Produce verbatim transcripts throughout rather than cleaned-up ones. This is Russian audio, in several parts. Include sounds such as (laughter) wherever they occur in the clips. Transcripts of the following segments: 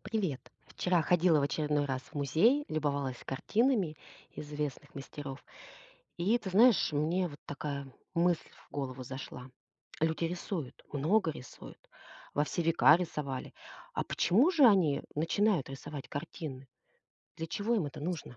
Привет. Вчера ходила в очередной раз в музей, любовалась картинами известных мастеров. И ты знаешь, мне вот такая мысль в голову зашла. Люди рисуют, много рисуют, во все века рисовали. А почему же они начинают рисовать картины? Для чего им это нужно?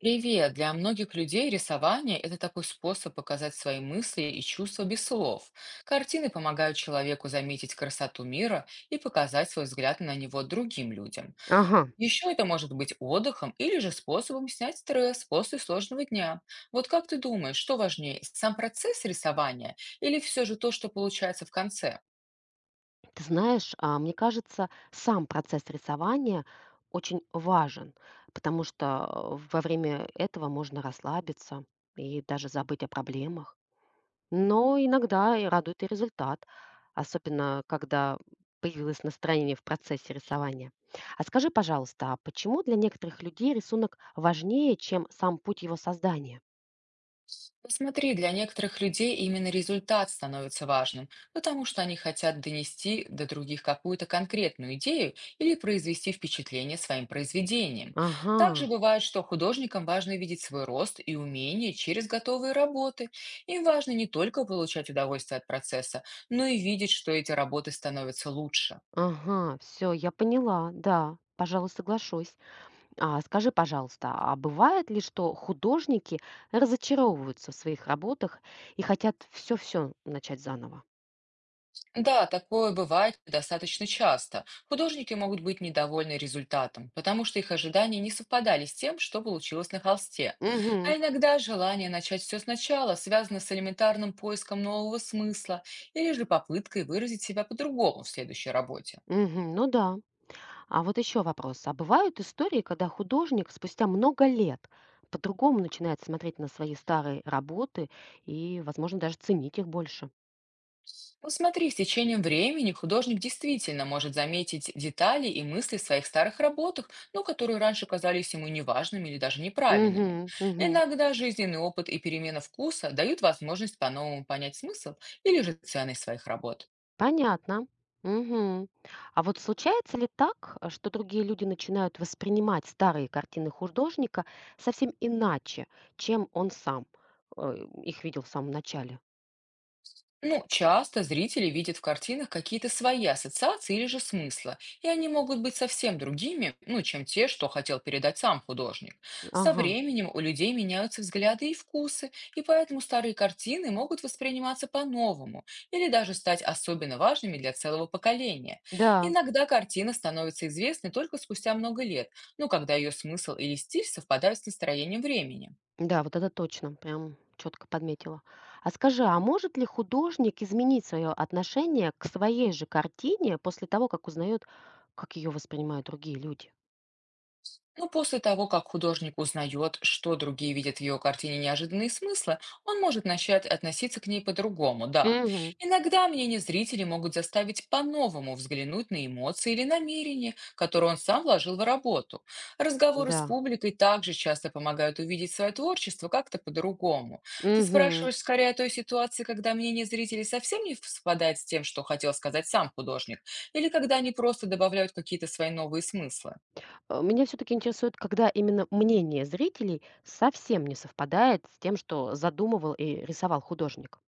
Привет! Для многих людей рисование– это такой способ показать свои мысли и чувства без слов. Картины помогают человеку заметить красоту мира и показать свой взгляд на него другим людям. Ага. Еще это может быть отдыхом или же способом снять стресс после сложного дня. Вот как ты думаешь, что важнее, сам процесс рисования или все же то, что получается в конце? Ты знаешь, а, мне кажется, сам процесс рисования очень важен, потому что э, во время этого можно расслабиться и даже забыть о проблемах. Но иногда и радует и результат, особенно когда появилось настроение в процессе рисования. А скажи, пожалуйста, а почему для некоторых людей рисунок важнее, чем сам путь его создания? Ну, Смотри, для некоторых людей именно результат становится важным, потому что они хотят донести до других какую-то конкретную идею или произвести впечатление своим произведением. Также Ага, бывает, что художникам важно видеть свой рост и умение через готовые работы. Им важно не только получать удовольствие от процесса, но и видеть, что эти работы становятся лучше. ага, все, я поняла, да, пожалуй, соглашусь. А скажи, пожалуйста, а бывает ли, что художники разочаровываются в своих работах и хотят все-все начать заново? Да, такое бывает достаточно часто. Художники могут быть недовольны результатом, потому что их ожидания не совпадали с тем, что получилось на холсте. Угу, А иногда желание начать все сначала связано с элементарным поиском нового смысла или же попыткой выразить себя по-другому в следующей работе. угу, ну да. А вот еще вопрос. А бывают истории, когда художник спустя много лет по-другому начинает смотреть на свои старые работы и, возможно, даже ценить их больше? Ну смотри, с течением времени художник действительно может заметить детали и мысли в своих старых работах, ну, которые раньше казались ему неважными или даже неправильными. Мгм, мгм. Иногда жизненный опыт и перемена вкуса дают возможность по-новому понять смысл или же ценность своих работ. Понятно. Мгм. А вот случается ли так, э, что другие люди начинают воспринимать старые картины художника совсем иначе, чем он сам э, их видел в самом начале? Ну, часто зрители видят в картинах какие-то свои ассоциации или же смысла, и они могут быть совсем другими, ну, чем те, что хотел передать сам художник. Со Ага, временем у людей меняются взгляды и вкусы, и поэтому старые картины могут восприниматься по-новому или даже стать особенно важными для целого поколения. да. Иногда картина становится известной только спустя много лет, ну, когда ее смысл или стиль совпадают с настроением времени. Да, вот это точно, прям четко подметила. А скажи, а может ли художник изменить свое отношение к своей же картине после того, как узнает, как ее воспринимают другие люди? Но после того, как художник узнает, что другие видят в его картине неожиданные смыслы, он может начать относиться к ней по-другому, да. Мгм. Иногда мнение зрителей могут заставить по-новому взглянуть на эмоции или намерения, которые он сам вложил в работу. Разговоры Да. с публикой также часто помогают увидеть свое творчество как-то по-другому. Ты Мгм. спрашиваешь скорее о той ситуации, когда мнение зрителей совсем не совпадает с тем, что хотел сказать сам художник, или когда они просто добавляют какие-то свои новые смыслы. Э, Меня все-таки интересует, когда именно мнение зрителей совсем не совпадает с тем, что задумывал и рисовал художник.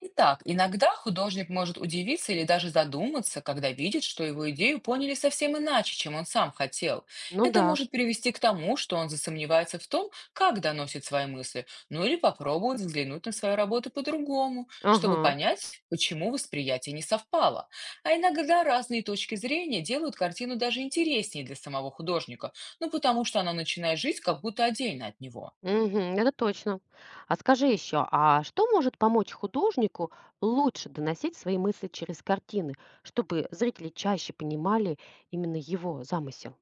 Итак, иногда художник может удивиться или даже задуматься, когда видит, что его идею поняли совсем иначе, чем он сам хотел. Ну Это да. может привести к тому, что он засомневается в том, как доносит свои мысли, ну или попробует взглянуть на свою работу по-другому, чтобы Ага. понять, почему восприятие не совпало. А иногда разные точки зрения делают картину даже интереснее для самого художника, ну потому что она начинает жить как будто отдельно от него. Мгм. Это точно. А скажи еще, а что может помочь художнику лучше доносить свои мысли через картины, чтобы зрители чаще понимали именно его замысел?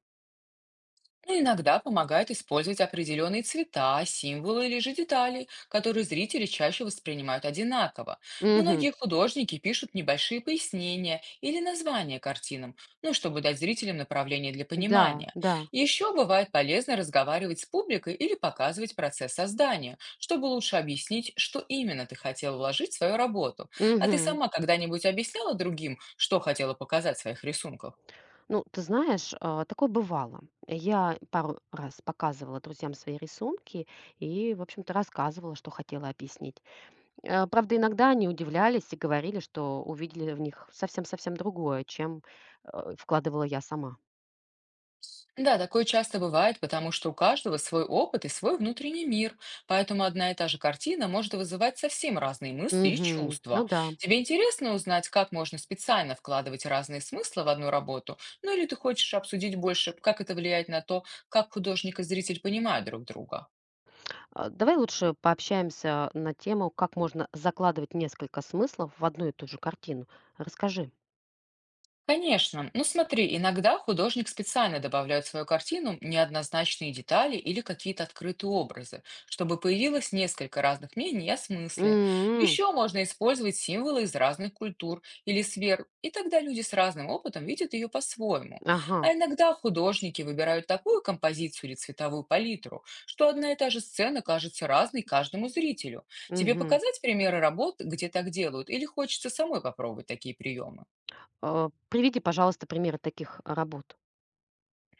Ну, Иногда помогает использовать определенные цвета, символы или же детали, которые зрители чаще воспринимают одинаково. Мгм. Многие художники пишут небольшие пояснения или названия картинам, ну, чтобы дать зрителям направление для Да, понимания. да. Еще бывает полезно разговаривать с публикой или показывать процесс создания, чтобы лучше объяснить, что именно ты хотела вложить в свою работу. А ты Мгм. сама когда-нибудь объясняла другим, что хотела показать в своих рисунках? Ну, ты знаешь, а, такое бывало. Я пару раз показывала друзьям свои рисунки и, в общем-то, рассказывала, что хотела объяснить. Э, Правда, иногда они удивлялись и говорили, что увидели в них совсем-совсем другое, чем э, вкладывала я сама. Да, такое часто бывает, потому что у каждого свой опыт и свой внутренний мир, поэтому одна и та же картина может вызывать совсем разные мысли и Мгм. Ну чувства. да. Тебе интересно узнать, как можно специально вкладывать разные смыслы в одну работу? Ну или ты хочешь обсудить больше, как это влияет на то, как художник и зритель понимают друг друга? А, Давай лучше пообщаемся на тему, как можно закладывать несколько смыслов в одну и ту же картину. Расскажи. Конечно. Ну смотри, иногда художник специально добавляет в свою картину неоднозначные детали или какие-то открытые образы, чтобы появилось несколько разных мнений о смысле. М, Еще можно использовать символы из разных культур или сфер, и тогда люди с разным опытом видят ее по-своему. ага. А иногда художники выбирают такую композицию или цветовую палитру, что одна и та же сцена кажется разной каждому зрителю. Тебе Мгм. показать примеры работ, где так делают, или хочется самой попробовать такие приемы? Э, Приведи, пожалуйста, примеры таких работ.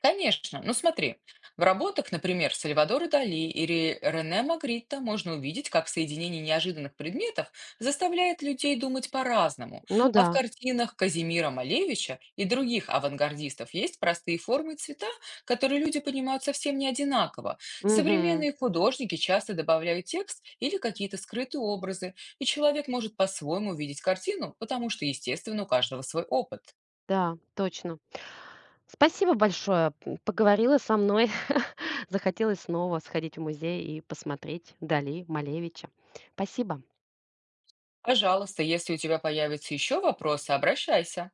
Конечно. Ну смотри, в работах, например, Сальвадора Дали или Рене Магритта можно увидеть, как соединение неожиданных предметов заставляет людей думать по-разному. Ну А в да. картинах Казимира Малевича и других авангардистов есть простые формы и цвета, которые люди понимают совсем не одинаково. Мгм. Современные художники часто добавляют текст или какие-то скрытые образы, и человек может по-своему видеть картину, потому что, естественно, у каждого свой опыт. Да, точно. Спасибо большое. М, Поговорила со мной. (laughs) Захотелось снова сходить в музей и посмотреть Дали, Малевича. Спасибо. Пожалуйста, если у тебя появятся еще вопросы, обращайся.